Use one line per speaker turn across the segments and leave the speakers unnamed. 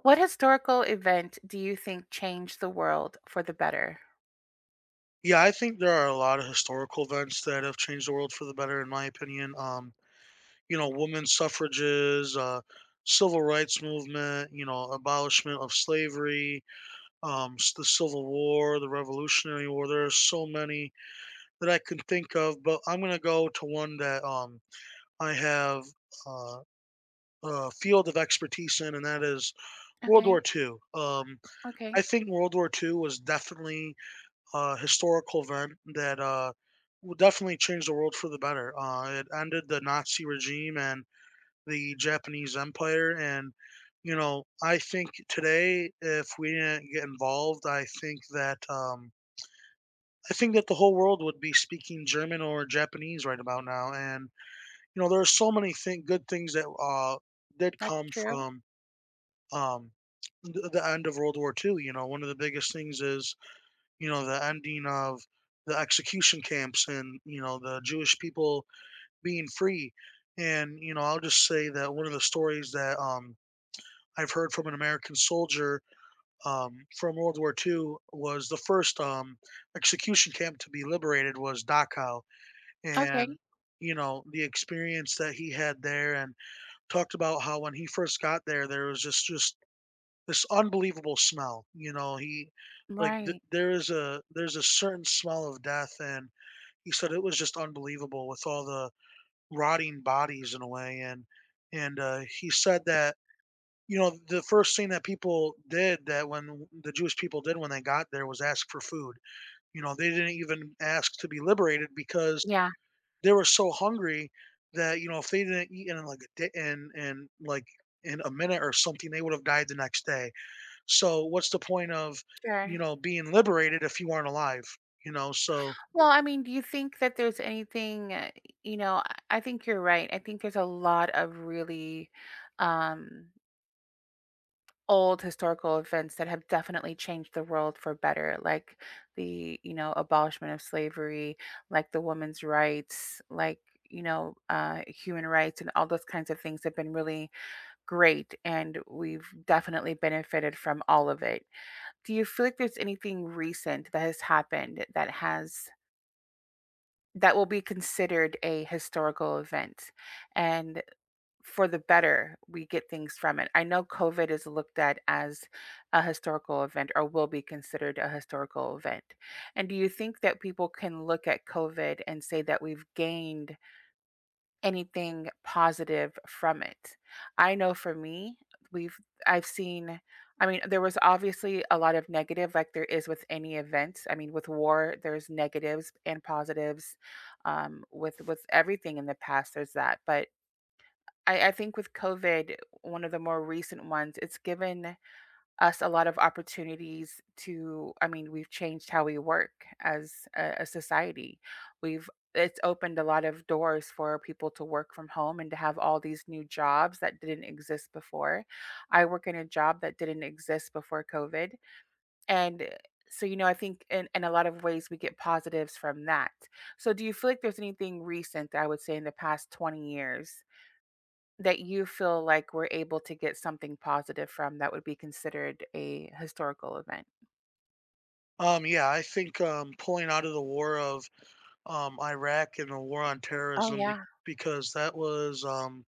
What historical event do you think changed the world for the better?
Yeah, I think there are a lot of historical events that have changed the world for the better, in my opinion. Women's suffrages, civil rights movement, abolishment of slavery, the Civil War, the Revolutionary War. There are so many that I can think of, but I'm gonna go to one that I have uh, a field of expertise in, and that is World War
Okay.
II. I
Okay.
think World War II was definitely historical event that will definitely change the world for the better. It ended the Nazi regime and the Japanese Empire, and I think today, if we didn't get involved, I think that the whole world would be speaking German or Japanese right about now. And there are so many good things that did
That's
come
true.
from um, the end of World War II. One of the biggest things is the ending of the execution camps and, the Jewish people being free. And, I'll just say that one of the stories that I've heard from an American soldier from World War II was the first execution camp to be liberated was Dachau. And,
Okay.
the experience that he had there and talked about how when he first got there, there was just this unbelievable smell. He, like, th
Right.
there is a there's a certain smell of death, and he said it was just unbelievable with all the rotting bodies in a way, and he said that, the first thing that people did, that when the Jewish people did when they got there, was ask for food. They didn't even ask to be liberated because
Yeah,
they were so hungry that, if they didn't eat in, like, a day in, like, in a minute or something, they would have died the next day. So what's the point of,
sure.
being liberated if you aren't alive? You know, so
Well, I mean, do you think that there's anything, you know, I think you're right. I think there's a lot of really um, old historical events that have definitely changed the world for better, like the, you know, abolishment of slavery, like the women's rights, like, you know, human rights and all those kinds of things have been really great, and we've definitely benefited from all of it. Do you feel like there's anything recent that has happened that has that will be considered a historical event and for the better we get things from it? I know COVID is looked at as a historical event or will be considered a historical event. And do you think that people can look at COVID and say that we've gained anything positive from it? I know for me, we've I've seen I mean, there was obviously a lot of negative like there is with any event. I mean, with war, there's negatives and positives. With everything in the past, there's that. But I think with COVID, one of the more recent ones, it's given us a lot of opportunities to I mean, we've changed how we work as a society. We've it's opened a lot of doors for people to work from home and to have all these new jobs that didn't exist before. I work in a job that didn't exist before COVID. And so, you know, I think in a lot of ways we get positives from that. So, do you feel like there's anything recent that I would say in the past 20 years that you feel like we're able to get something positive from that would be considered a historical event?
um yeah, I think pulling out of the war of Iraq and the war on
Oh,
terrorism
yeah.
because that was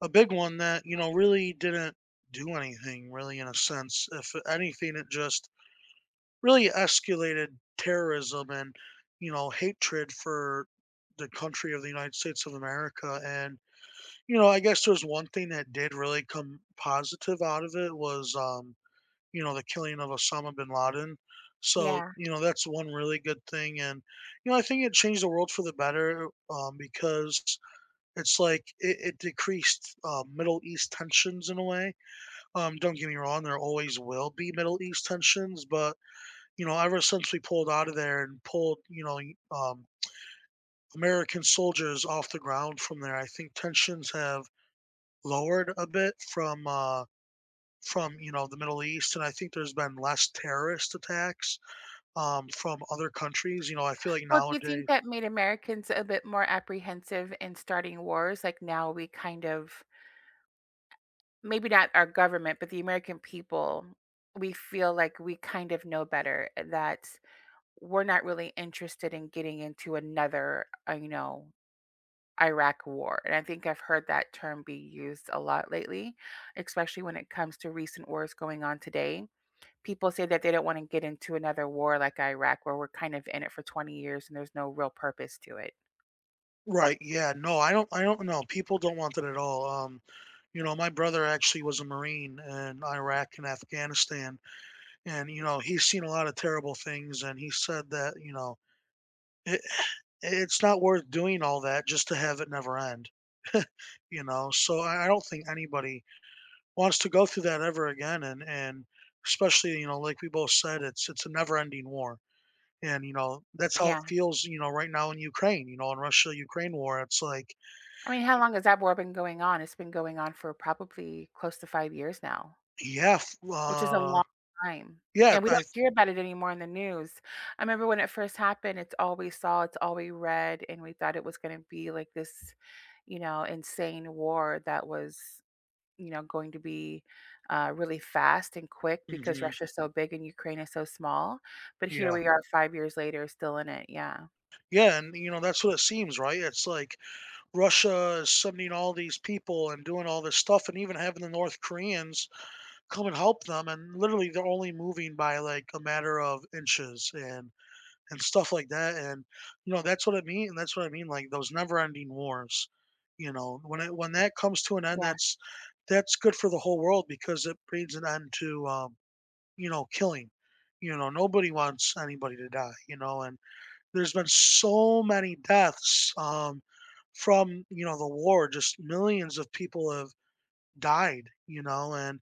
a big one that, really didn't do anything really in a sense. If anything, it just really escalated terrorism and, hatred for the country of the United States of America. And I guess there's one thing that did really come positive out of it was, the killing of Osama bin Laden. So,
Yeah.
that's one really good thing. And, I think it changed the world for the better because it's like it decreased Middle East tensions in a way. Don't get me wrong, there always will be Middle East tensions. But, ever since we pulled out of there and pulled, um, American soldiers off the ground from there, I think tensions have lowered a bit from the Middle East, and I think there's been less terrorist attacks from other countries. I feel like
Well, do you
nowadays.
think that made Americans a bit more apprehensive in starting wars? Like now we kind of, maybe not our government, but the American people, we feel like we kind of know better that we're not really interested in getting into another, you know, Iraq war. And I think I've heard that term be used a lot lately, especially when it comes to recent wars going on today. People say that they don't want to get into another war like Iraq, where we're kind of in it for 20 years and there's no real purpose to it.
Right. Yeah. No, I don't. I don't know. People don't want that at all. My brother actually was a Marine in Iraq and Afghanistan, and he's seen a lot of terrible things, and he said that it, it's not worth doing all that just to have it never end. So I don't think anybody wants to go through that ever again. And especially, like we both said, it's a never-ending war. And that's how it
Yeah.
feels, right now in Ukraine. In Russia-Ukraine war, it's like,
I mean, how long has that war been going on? It's been going on for probably close to 5 years now.
yeah,
Which is a long time,
yeah,
and we don't
I.
hear about it anymore in the news. I remember when it first happened, it's all we saw, it's all we read, and we thought it was gonna be like this, you know, insane war that was, you know, going to be, really fast and quick because
mhm.
Russia's so big and Ukraine is so small, but here
Yeah,
we are 5 years later still in it, yeah.
yeah, and that's what it seems, right? It's like Russia is sending all these people and doing all this stuff, and even having the North Koreans come and help them, and literally they're only moving by like a matter of inches, and stuff like that. And that's what I mean. And that's what I mean. Like those never-ending wars. When that comes to an end,
Yeah,
that's good for the whole world because it brings an end to killing. Nobody wants anybody to die. And there's been so many deaths from the war. Just millions of people have died. You know, and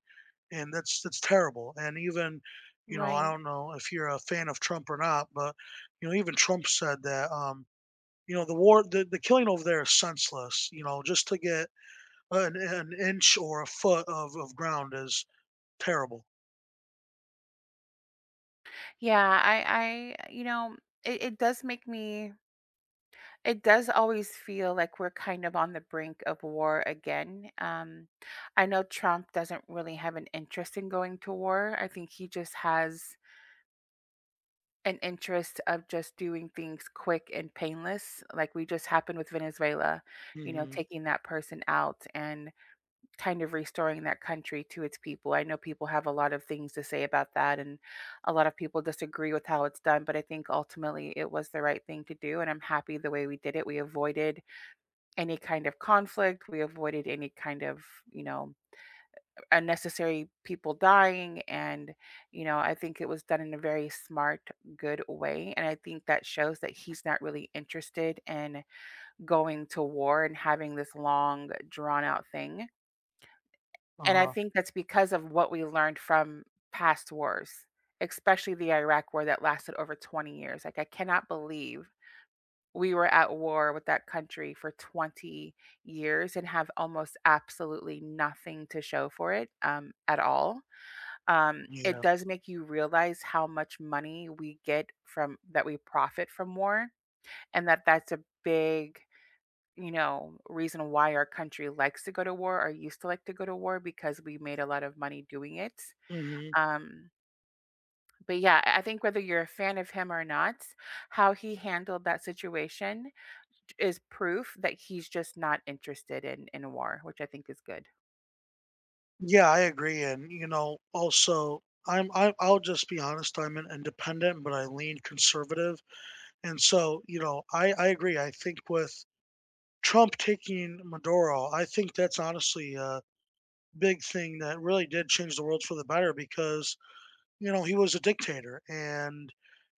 and that's terrible. And even, I
right.
don't know if you're a fan of Trump or not, but even Trump said that, the war, the killing over there is senseless. Just to get an inch or a foot of ground is terrible.
Yeah, I you know, it does make me It does always feel like we're kind of on the brink of war again. I know Trump doesn't really have an interest in going to war. I think he just has an interest of just doing things quick and painless, like we just happened with Venezuela, you know,
Hmm.
taking that person out and kind of restoring that country to its people. I know people have a lot of things to say about that, and a lot of people disagree with how it's done, but I think ultimately it was the right thing to do. And I'm happy the way we did it. We avoided any kind of conflict. We avoided any kind of, you know, unnecessary people dying. And, you know, I think it was done in a very smart, good way. And I think that shows that he's not really interested in going to war and having this long, drawn out thing. And I
Uh-huh.
think that's because of what we learned from past wars, especially the Iraq war that lasted over 20 years. Like, I cannot believe we were at war with that country for 20 years and have almost absolutely nothing to show for it at all. It
Yeah.
does make you realize how much money we get from that we profit from war, and that that's a big you know reason why our country likes to go to war or used to like to go to war because we made a lot of money doing it
Hmm.
um but yeah I think whether you're a fan of him or not how he handled that situation is proof that he's just not interested in war, which I think is good.
Yeah, I agree. And also, I'll just be honest. I'm an independent, but I lean conservative, and so I agree. I think with Trump taking Maduro, I think that's honestly a big thing that really did change the world for the better because, he was a dictator and,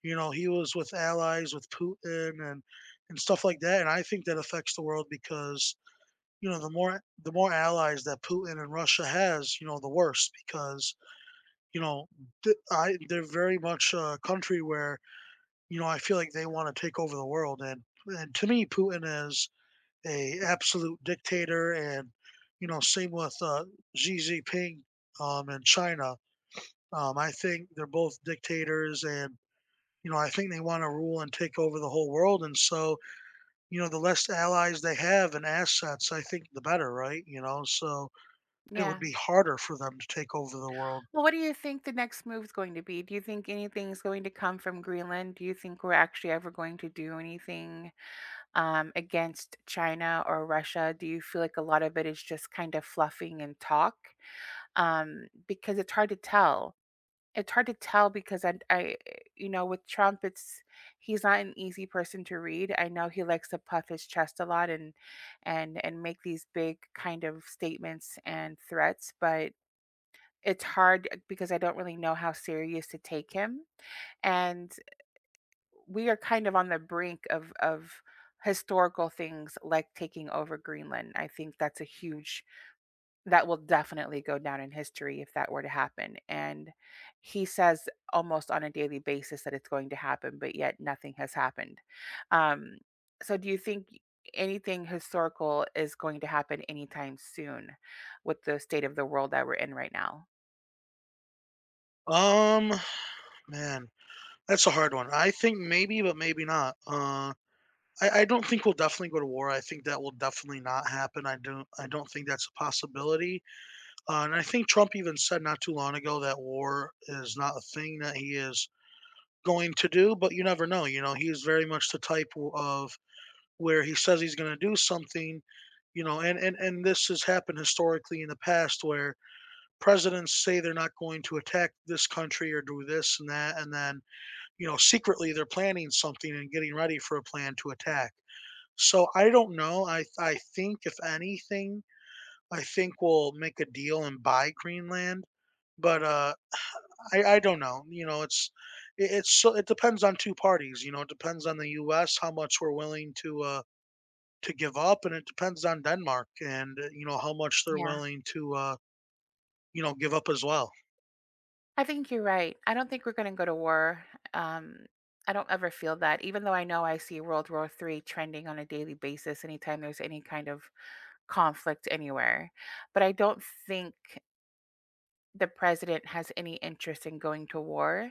he was with allies with Putin and stuff like that. And I think that affects the world because, the more allies that Putin and Russia has, the worse because, you know, th- I they're very much a country where, I feel like they want to take over the world and to me Putin is a absolute dictator, and same with Xi Jinping in China. I think they're both dictators, and I think they want to rule and take over the whole world. And so, the less allies they have and assets, I think the better, right? So it would
Yeah.
be harder for them to take over the world.
Well, what do you think the next move's going to be? Do you think anything's going to come from Greenland? Do you think we're actually ever going to do anything against China or Russia? Do you feel like a lot of it is just kind of fluffing and talk? Because it's hard to tell. It's hard to tell because I you know, with Trump, it's he's not an easy person to read. I know he likes to puff his chest a lot and and make these big kind of statements and threats, but it's hard because I don't really know how serious to take him. And we are kind of on the brink of historical things like taking over Greenland. I think that's a huge that will definitely go down in history if that were to happen, and he says almost on a daily basis that it's going to happen, but yet nothing has happened. Um, so do you think anything historical is going to happen anytime soon with the state of the world that we're in right now?
Um, man, that's a hard one. I think maybe, but maybe not. I don't think we'll definitely go to war. I think that will definitely not happen. I don't. I don't think that's a possibility. And I think Trump even said not too long ago that war is not a thing that he is going to do, but you never know. He is very much the type of where he says he's going to do something, and this has happened historically in the past where presidents say they're not going to attack this country or do this and that. And then, secretly they're planning something and getting ready for a plan to attack. So I don't know. I think, if anything, I think we'll make a deal and buy Greenland. But I don't know. It's so it depends on two parties. It depends on the U.S. how much we're willing to give up, and it depends on Denmark and how much they're
Yeah.
willing to give up as well.
I think you're right. I don't think we're gonna go to war. Um, I don't ever feel that, even though I know I see World War III trending on a daily basis anytime there's any kind of conflict anywhere. But I don't think the president has any interest in going to war.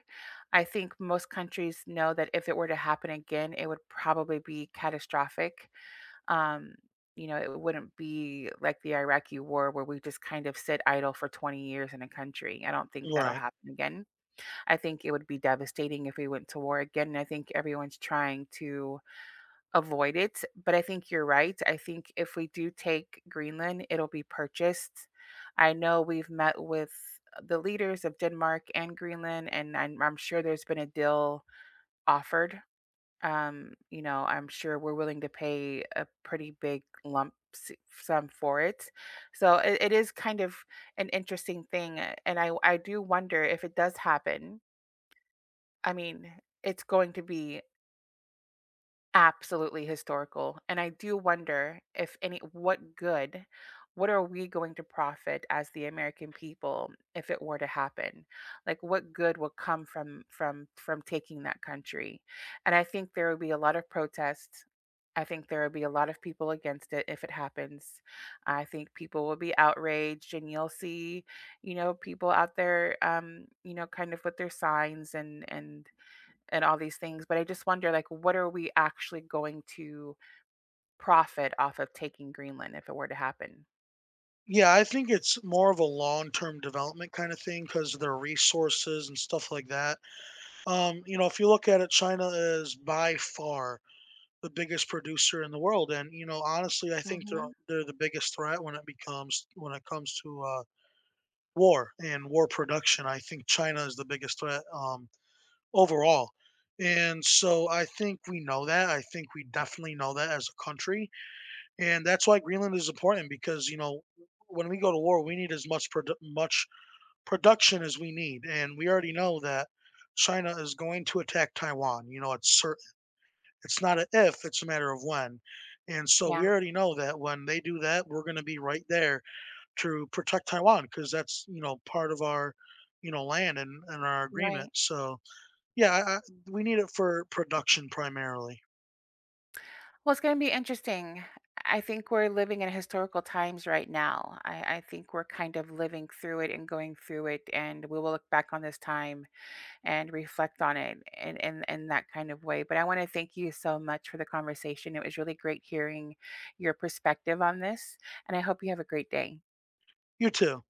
I think most countries know that if it were to happen again, it would probably be catastrophic. Um, you know, it wouldn't be like the Iraqi war where we just kind of sit idle for 20 years in a country. I don't think that'll
Right.
happen again. I think it would be devastating if we went to war again. And I think everyone's trying to Avoid it, but I think you're right. I think if we do take Greenland, it'll be purchased. I know we've met with the leaders of Denmark and Greenland, and I'm sure there's been a deal offered. You know, I'm sure we're willing to pay a pretty big sum for it. So it is kind of an interesting thing, and I do wonder if it does happen. I mean, it's going to be Absolutely historical, and I do wonder if any what good what are we going to profit as the American people if it were to happen? Like what good will come from taking that country? And I think there will be a lot of protests. I think there will be a lot of people against it if it happens. I think people will be outraged and you'll see, you know, people out there you know, kind of with their signs and and all these things, but I just wonder, like, what are we actually going to profit off of taking Greenland if it were to happen?
Yeah, I think it's more of a long-term development kind of thing because their resources and stuff like that. If you look at it, China is by far the biggest producer in the world, and honestly, I think they're
Hmm.
they're the biggest threat when it comes to war and war production. I think China is the biggest threat overall. And so I think we know that. I think we definitely know that as a country. And that's why Greenland is important because, when we go to war, we need as much much production as we need. And we already know that China is going to attack Taiwan. It's certain. It's not a if, it's a matter of when. And so we
Yeah,
already know that when they do that, we're going to be right there to protect Taiwan because that's, part of our, land and our agreement.
right.
So, yeah, we need it for production primarily.
Well, it's going to be interesting. I think we're living in historical times right now. I think we're kind of living through it and going through it, and we will look back on this time and reflect on it in that kind of way. But I want to thank you so much for the conversation. It was really great hearing your perspective on this, and I hope you have a great day.
You too.